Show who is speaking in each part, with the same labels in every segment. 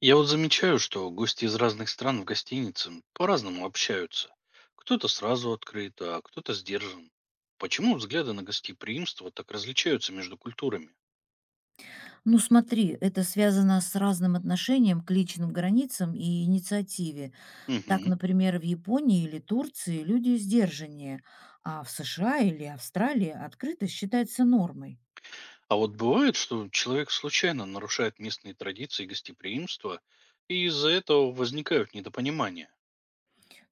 Speaker 1: Я вот замечаю, что гости из разных стран в гостинице по-разному общаются. Кто-то сразу открыт, а кто-то сдержан. Почему взгляды на гостеприимство так различаются между культурами?
Speaker 2: Ну смотри, это связано с разным отношением к личным границам и инициативе. Так,
Speaker 1: Мгм.
Speaker 2: например, в Японии или Турции люди сдержаннее, а в США или Австралии открытость считается нормой.
Speaker 1: А вот бывает, что человек случайно нарушает местные традиции гостеприимства, и из-за этого возникают недопонимания.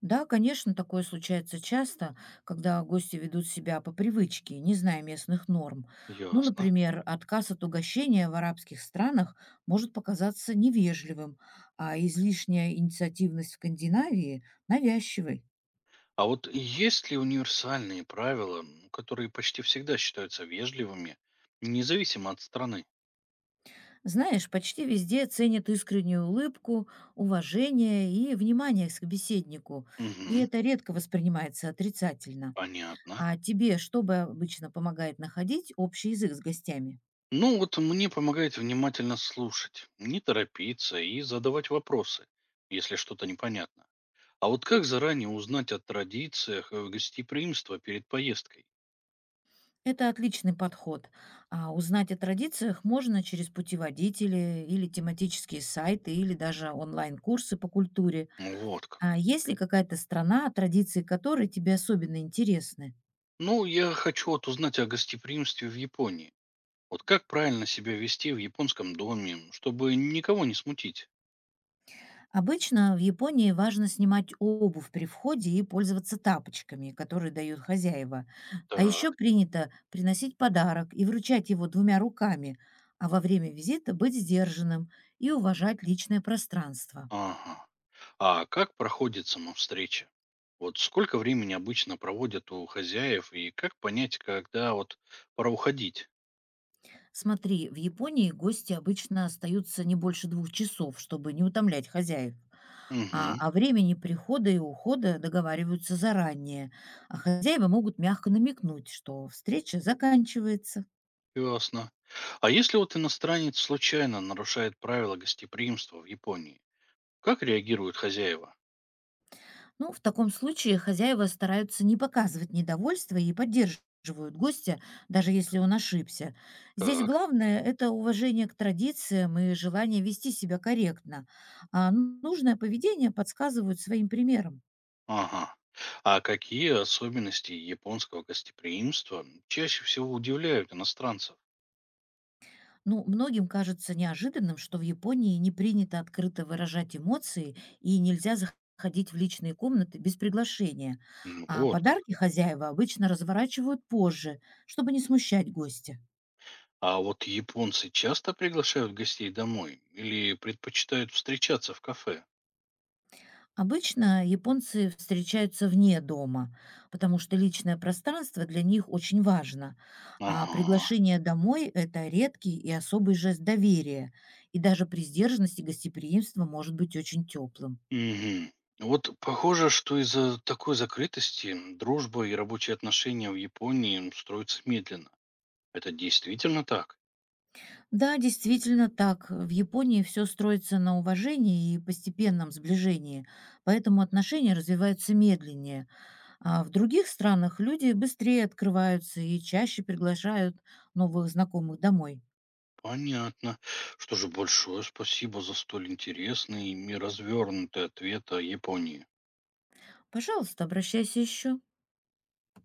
Speaker 2: Да, конечно, такое случается часто, когда гости ведут себя по привычке, не зная местных норм. Ну,
Speaker 1: Ясно.
Speaker 2: например, отказ от угощения в арабских странах может показаться невежливым, а излишняя инициативность в Скандинавии– навязчивой.
Speaker 1: А вот есть ли универсальные правила, которые почти всегда считаются вежливыми, независимо от страны?
Speaker 2: Знаешь, почти везде ценят искреннюю улыбку, уважение и внимание к собеседнику, и
Speaker 1: Угу.
Speaker 2: это редко воспринимается отрицательно.
Speaker 1: Понятно.
Speaker 2: А тебе что бы обычно помогает находить общий язык с гостями?
Speaker 1: Ну вот мне помогает внимательно слушать, не торопиться и задавать вопросы, если что-то непонятно. А вот как заранее узнать о традициях гостеприимства перед поездкой?
Speaker 2: Это отличный подход. А узнать о традициях можно через путеводители или тематические сайты, или даже онлайн-курсы по культуре.
Speaker 1: Ну, вот как.
Speaker 2: А есть ли какая-то страна, традиции которой тебе особенно интересны?
Speaker 1: Ну, я хочу вот узнать о гостеприимстве в Японии. Вот как правильно себя вести в японском доме, чтобы никого не смутить?
Speaker 2: Обычно в Японии важно снимать обувь при входе и пользоваться тапочками, которые дают хозяева. А еще
Speaker 1: Так.
Speaker 2: принято приносить подарок и вручать его двумя руками, а во время визита быть сдержанным и уважать личное пространство.
Speaker 1: Ага. А как проходит сама встреча? Вот сколько времени обычно проводят у хозяев и как понять, когда вот пора уходить?
Speaker 2: Смотри, в Японии гости обычно остаются не больше 2 часов, чтобы не утомлять хозяев. А
Speaker 1: Угу.
Speaker 2: о времени прихода и ухода договариваются заранее, а хозяева могут мягко намекнуть, что встреча заканчивается.
Speaker 1: Ясно. А если вот иностранец случайно нарушает правила гостеприимства в Японии, как реагируют хозяева?
Speaker 2: Ну, в таком случае хозяева стараются не показывать недовольство и поддерживают гостя, даже если он ошибся. Здесь
Speaker 1: Так.
Speaker 2: главное– это уважение к традициям и желание вести себя корректно, а нужное поведение подсказывают своим примером.
Speaker 1: Ага. А какие особенности японского гостеприимства чаще всего удивляют иностранцев?
Speaker 2: Ну, многим кажется неожиданным, что в Японии не принято открыто выражать эмоции и нельзя заходить в личные комнаты без приглашения, а
Speaker 1: Вот как.
Speaker 2: подарки хозяева обычно разворачивают позже, чтобы не смущать гостя.
Speaker 1: А вот японцы часто приглашают гостей домой или предпочитают встречаться в кафе?
Speaker 2: Обычно японцы встречаются вне дома, потому что личное пространство для них очень важно, а
Speaker 1: Ага.
Speaker 2: приглашение домой– это редкий и особый жест доверия, и даже при сдержанности гостеприимство может быть очень теплым.
Speaker 1: Мгм. Вот похоже, что из-за такой закрытости, дружба и рабочие отношения в Японии, строятся медленно. Это действительно так?
Speaker 2: Да, действительно так. В Японии все строится на уважении и постепенном сближении, поэтому отношения развиваются медленнее, а в других странах люди быстрее открываются и чаще приглашают новых знакомых домой.
Speaker 1: Понятно. Что же, большое спасибо за столь интересный и развернутый ответ о Японии.
Speaker 2: Пожалуйста, обращайся еще.